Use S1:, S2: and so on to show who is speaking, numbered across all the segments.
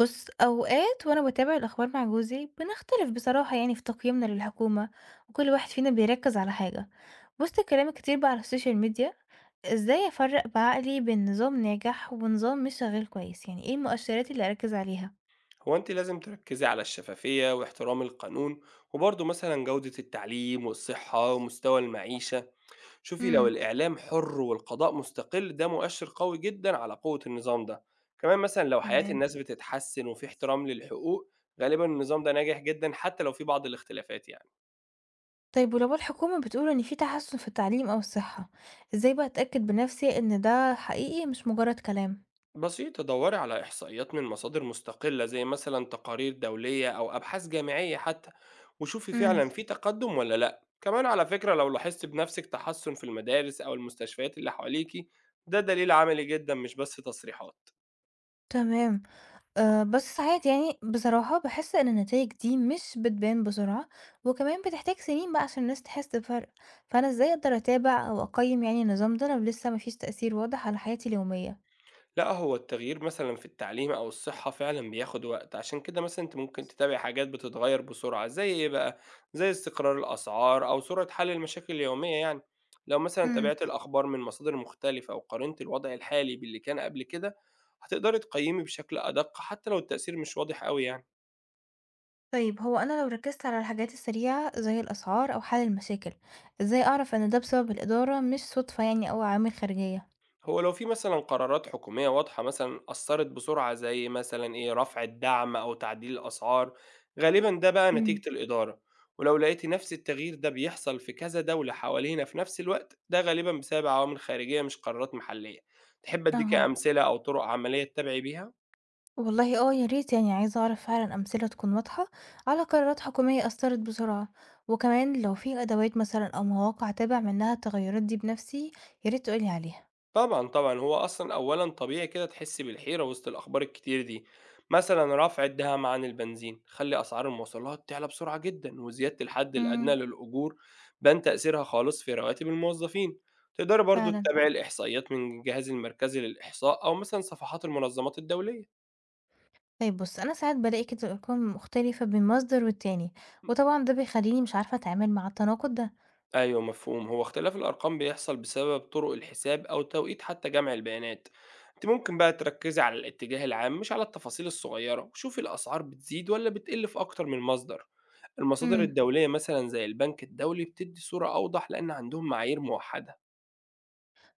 S1: بُص، أوقات وأنا باتابع الأخبار مع جوزي بنختلف بصراحة يعني في تقييمنا للحكومة، وكل واحد فينا بيركز على حاجة. وسط الكلام الكتير بقى على السوشيال ميديا، إزاي أفرق بعقلي بين نظام ناجح ونظام مش شغال كويس؟ يعني إيه المؤشرات اللي أركز عليها؟
S2: هو انت لازم تركزي على الشفافية واحترام القانون، وبرضه مثلا جودة التعليم والصحة ومستوى المعيشة. شوفي لو
S1: امم،
S2: الإعلام حر والقضاء مستقل ده مؤشر قوي جدا على قوة النظام ده. كمان مثلا لو حياة
S1: تمام.
S2: الناس بتتحسن وفي احترام للحقوق، غالبا النظام ده ناجح جدا حتى لو في بعض الاختلافات يعني.
S1: طيب ولو الحكومة بتقول إن في تحسن في التعليم أو الصحة، إزاي بقى أتأكد بنفسي إن ده حقيقي مش مجرد كلام؟
S2: بسيطة، دوري على إحصائيات من مصادر مستقلة زي مثلا تقارير دولية أو أبحاث جامعية حتى، وشوفي
S1: امم،
S2: فعلا في تقدم ولا لأ. كمان على فكرة لو لاحظت بنفسك تحسن في المدارس أو المستشفيات اللي حواليكي، ده دليل عملي جدا مش بس تصريحات.
S1: تمام. بس ساعات يعني بصراحة باحس إن النتايج دي مش بتبان بسرعة، وكمان بتحتاج سنين بقى عشان الناس تحس بفرق، فأنا إزاي أقدر أتابع أو أقيّم يعني النظام ده لو لسه ما فيش تأثير واضح على حياتي اليومية؟
S2: لأ، هو التغيير مثلًا في التعليم أو الصحة فعلًا بياخد وقت، عشان كده مثلًا أنتِ ممكن تتابعي حاجات بتتغيّر بسرعة، زي إيه بقى، زي استقرار الأسعار أو سرعة حل المشاكل اليومية يعني. لو مثلًا
S1: امم،
S2: تابعتِ الأخبار من مصادر مختلفة وقارنتِ الوضع الحالي باللي كان قبل كده، هتقدري تقيّمي بشكل أدق حتى لو التأثير مش واضح أوي يعني.
S1: طيب هو أنا لو ركزت على الحاجات السريعة زي الأسعار أو حل المشاكل، إزاي أعرف إن ده بسبب الإدارة مش صدفة يعني أو عوامل خارجية؟
S2: هو لو في مثلا قرارات حكومية واضحة مثلا أثرت بسرعة، زي مثلا إيه رفع الدعم أو تعديل الأسعار، غالبا ده بقى
S1: امم،
S2: نتيجة الإدارة. ولو لقيت نفس التغيير ده بيحصل في كذا دولة حوالينا في نفس الوقت، ده غالبا بسبب عوامل خارجية مش قرارات محلية. تحب أديك
S1: أها.
S2: أمثلة أو طرق عملية تتابعي بيها؟
S1: والله آه يا ريت يعني عايزة أعرف فعلًا أمثلة تكون واضحة على قرارات حكومية أثّرت بسرعة، وكمان لو في أدوات مثلًا أو مواقع أتابع منها التغيرات دي بنفسي يا ريت تقول لي عليها.
S2: طبعًا، طبعًا، هو أصلًا أولًا طبيعي كده تحسّي بالحيرة وسط الأخبار الكتير دي. مثلًا رفع الدعم عن البنزين خلّى أسعار المواصلات تعلى بسرعة جدًا، وزيادة الحد الأدنى
S1: امم،
S2: للأجور بان تأثيرها خالص في رواتب الموظفين. تقدري برضه
S1: فعلًا.
S2: تتابعي الإحصائيات من الجهاز المركزي للإحصاء أو مثلًا صفحات المنظمات الدولية.
S1: طيب بُص، أنا ساعات بالاقي كده أرقام مختلفة بين مصدر والتاني، وطبعًا ده بيخلّيني مش عارفة أتعامل مع التناقض ده.
S2: أيوه مفهوم، هو اختلاف الأرقام بيحصل بسبب طرق الحساب أو توقيت حتى جمع البيانات. أنتِ ممكن بقى تركزي على الاتجاه العام مش على التفاصيل الصغيرة، وشوفي الأسعار بتزيد ولا بتقل في أكتر من مصدر. المصادر
S1: امم.
S2: الدولية مثلًا زي البنك الدولي بتدي صورة أوضح لأن عندهم معايير موحدة.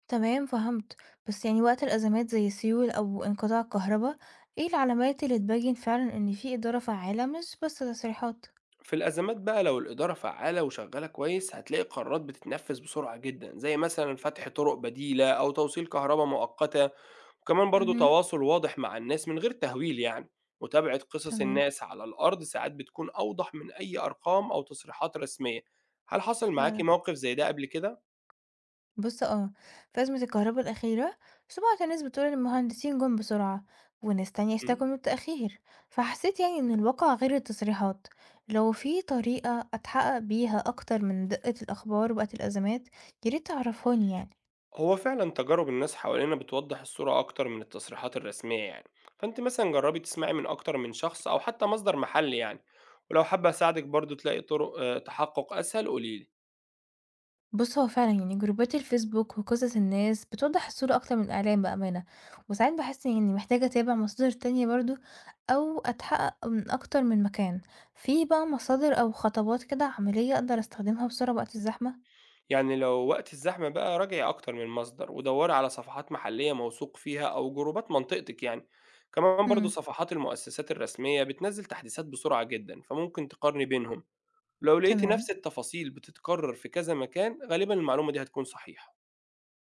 S1: تمام فهمت، بس يعني وقت الأزمات زي سيول أو انقطاع الكهربا، إيه العلامات اللي تبين فعلًا إن في إدارة فعّالة مش بس تصريحات؟
S2: في الأزمات بقى لو الإدارة فعالة وشغالة كويس، هتلاقي قرارات بتتنفذ بسرعة جدًا، زي مثلًا فتح طرق بديلة أو توصيل كهربا مؤقتة. وكمان برضه
S1: اهم.
S2: تواصل واضح مع الناس من غير تهويل يعني. متابعة قصص
S1: تمام،
S2: الناس على الأرض ساعات بتكون أوضح من أي أرقام أو تصريحات رسمية. هل حصل معاكي
S1: فعلًا.
S2: موقف زي ده قبل كده؟
S1: بُص آه، في أزمة الكهربا الأخيرة، سمعت ناس بتقول إن المهندسين جُم بسرعة، وناس تانية اشتكوا
S2: مم.
S1: من التأخير، فحسيت يعني إن الواقع غير التصريحات، لو في طريقة أتحقق بيها أكتر من دقة الأخبار وقت الأزمات، ياريت تعرفهاني يعني.
S2: هو فعلا تجارب الناس حوالينا بتوضح الصورة أكتر من التصريحات الرسمية يعني. فأنت مثلا جربي تسمعي من أكتر من شخص أو حتى مصدر محلي يعني. ولو حابة أساعدك برضه تلاقي طرق تحقق أسهل، قوليلي.
S1: بُص، هو فعلًا يعني جروبات الفيسبوك وقصص الناس بتوضّح الصورة أكتر من الإعلام بأمانة، وساعات باحس إني محتاجة أتابع مصادر تانية برضه أو أتحقق من أكتر من مكان، في بقى مصادر أو خطوات كده عملية أقدر أستخدمها بسرعة وقت الزحمة؟
S2: يعني لو وقت الزحمة بقى، راجعي أكتر من مصدر ودوري على صفحات محلية موثوق فيها أو جروبات منطقتك يعني. كمان برضو
S1: إمم،
S2: صفحات المؤسسات الرسمية بتنزل تحديثات بسرعة جدا، فممكن تقارني بينهم. لو لقيتي
S1: تمام.
S2: نفس التفاصيل بتتكرر في كذا مكان، غالبا المعلومة دي هتكون صحيحة.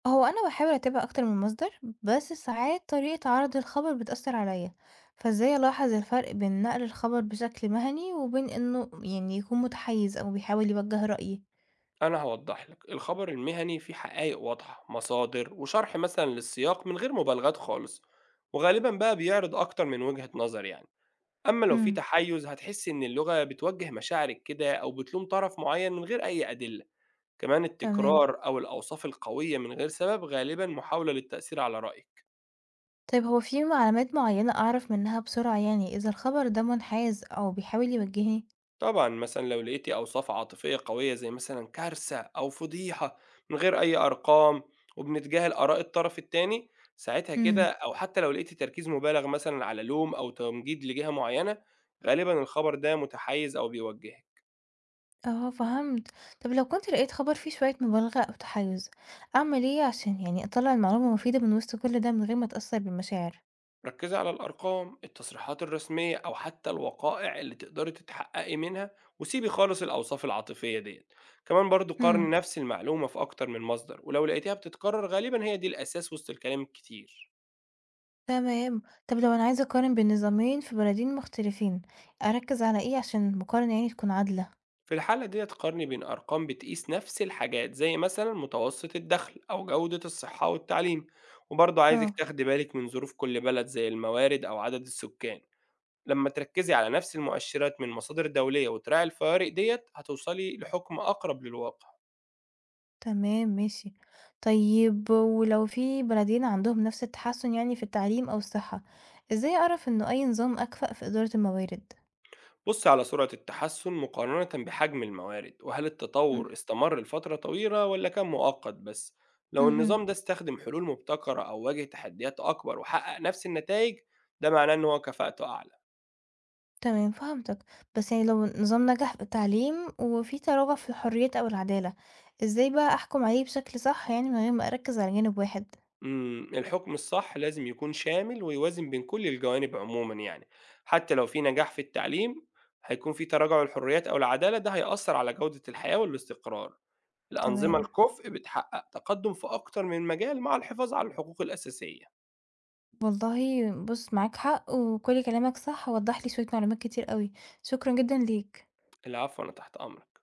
S1: هو أنا باحاول أتابع أكتر من مصدر، بس ساعات طريقة عرض الخبر بتأثّر عليَّ، فإزاي ألاحظ الفرق بين نقل الخبر بشكل مهني وبين إنه يعني يكون متحيز أو بيحاول يوجّه رأيي؟
S2: أنا هوضح لك، الخبر المهني فيه حقائق واضحة، مصادر وشرح مثلا للسياق من غير مبالغات خالص، وغالبا بقى بيعرض أكتر من وجهة نظر يعني. أمّا لو في
S1: إمم،
S2: تحيُّز، هتحسّي إن اللغة بتوجّه مشاعرِك كده أو بتلوم طرف معيّن من غير أي أدلة. كمان
S1: تمام.
S2: التكرار أو الأوصاف القوية من غير سبب غالبًا محاولة للتأثير على رأيِك.
S1: طيب هو في علامات معينة أعرف منها بسرعة يعني إذا الخبر ده منحاز أو بيحاول يوجهني؟
S2: طبعًا مثلًا لو لقيتِ أوصاف عاطفية قوية زي مثلًا كارثة أو فضيحة من غير أي أرقام، وبنتجاهل آراء الطرف التاني، ساعتها كده،
S1: امم،
S2: أو حتى لو لقيتِ تركيز مبالغ مثلًا على لوم أو تمجيد لجهة معيّنة، غالبًا الخبر ده متحيِّز أو بيوجّهِك.
S1: اه فهمت. طب لو كنت لقيت خبر فيه شوية مبالغة أو تحيز أعمل ايه عشان يعني أطلع المعلومة مفيدة من وسط كل ده من غير ما أتأثر بالمشاعر؟
S2: ركزي على الأرقام، التصريحات الرسمية أو حتى الوقائع اللي تقدري تتحققي منها، وسيبي خالص الأوصاف العاطفية ديًّا. كمان برضه قارني
S1: امم،
S2: نفس المعلومة في أكتر من مصدر، ولو لقيتيها بتتكرر غالبًا هي دي الأساس وسط الكلام الكتير.
S1: تمام. طب لو أنا عايزة أقارن بين نظامين في بلدين مختلفين أركز على ايه عشان المقارنة يعني تكون عادلة؟
S2: في الحالة ديّة، قارني بين أرقام بتقيس نفس الحاجات زي مثلًا متوسط الدخل أو جودة الصحة والتعليم. وبرضه عايزِك
S1: اه،
S2: تاخدي بالك من ظروف كل بلد زي الموارد أو عدد السكان. لمّا تركّزي على نفس المؤشرات من مصادر دولية وتراعي الفوارق ديّة، هتوصلي لحُكم أقرب للواقع.
S1: تمام ماشي. طيب ولو في بلدين عندهم نفس التحسّن يعني في التعليم أو الصحة، إزاي أعرف إنه أي نظام أكفأ في إدارة الموارد؟
S2: بُصّي على سرعة التحسُّن مقارنةً بحجم الموارد، وهل
S1: إمم،
S2: التطوُّر استمر لفترة طويلة والّا كان مؤقت بس. لو
S1: اهم،
S2: النظام ده استخدم حلول مبتكرة أو واجه تحديات أكبر وحقق نفس النتايج، ده معناه إن هو كفاءته أعلى.
S1: تمام فهمتك. بس يعني لو نظام نجح في التعليم وفي تراجع في الحريات أو العدالة، إزاي بقى أحكم عليه بشكل صح يعني من غير ما أركّز على جانب واحد؟
S2: إمم، الحكم الصح لازم يكون شامل ويوازن بين كل الجوانب عمومًا يعني. حتى لو في نجاح في التعليم، هيكون في تراجع للحريات أو العدالة، ده هيأثّر على جودة الحياة والاستقرار. الأنظمة
S1: تمام.
S2: الكفء بتحقق تقدم في أكتر من مجال مع الحفاظ على الحقوق الأساسية.
S1: والله بُص معاك حق وكل كلامك صح، ووضّح لي شوية معلومات كتير أوي. شكرًا جدًا ليك.
S2: العفو، أنا تحت أمرك.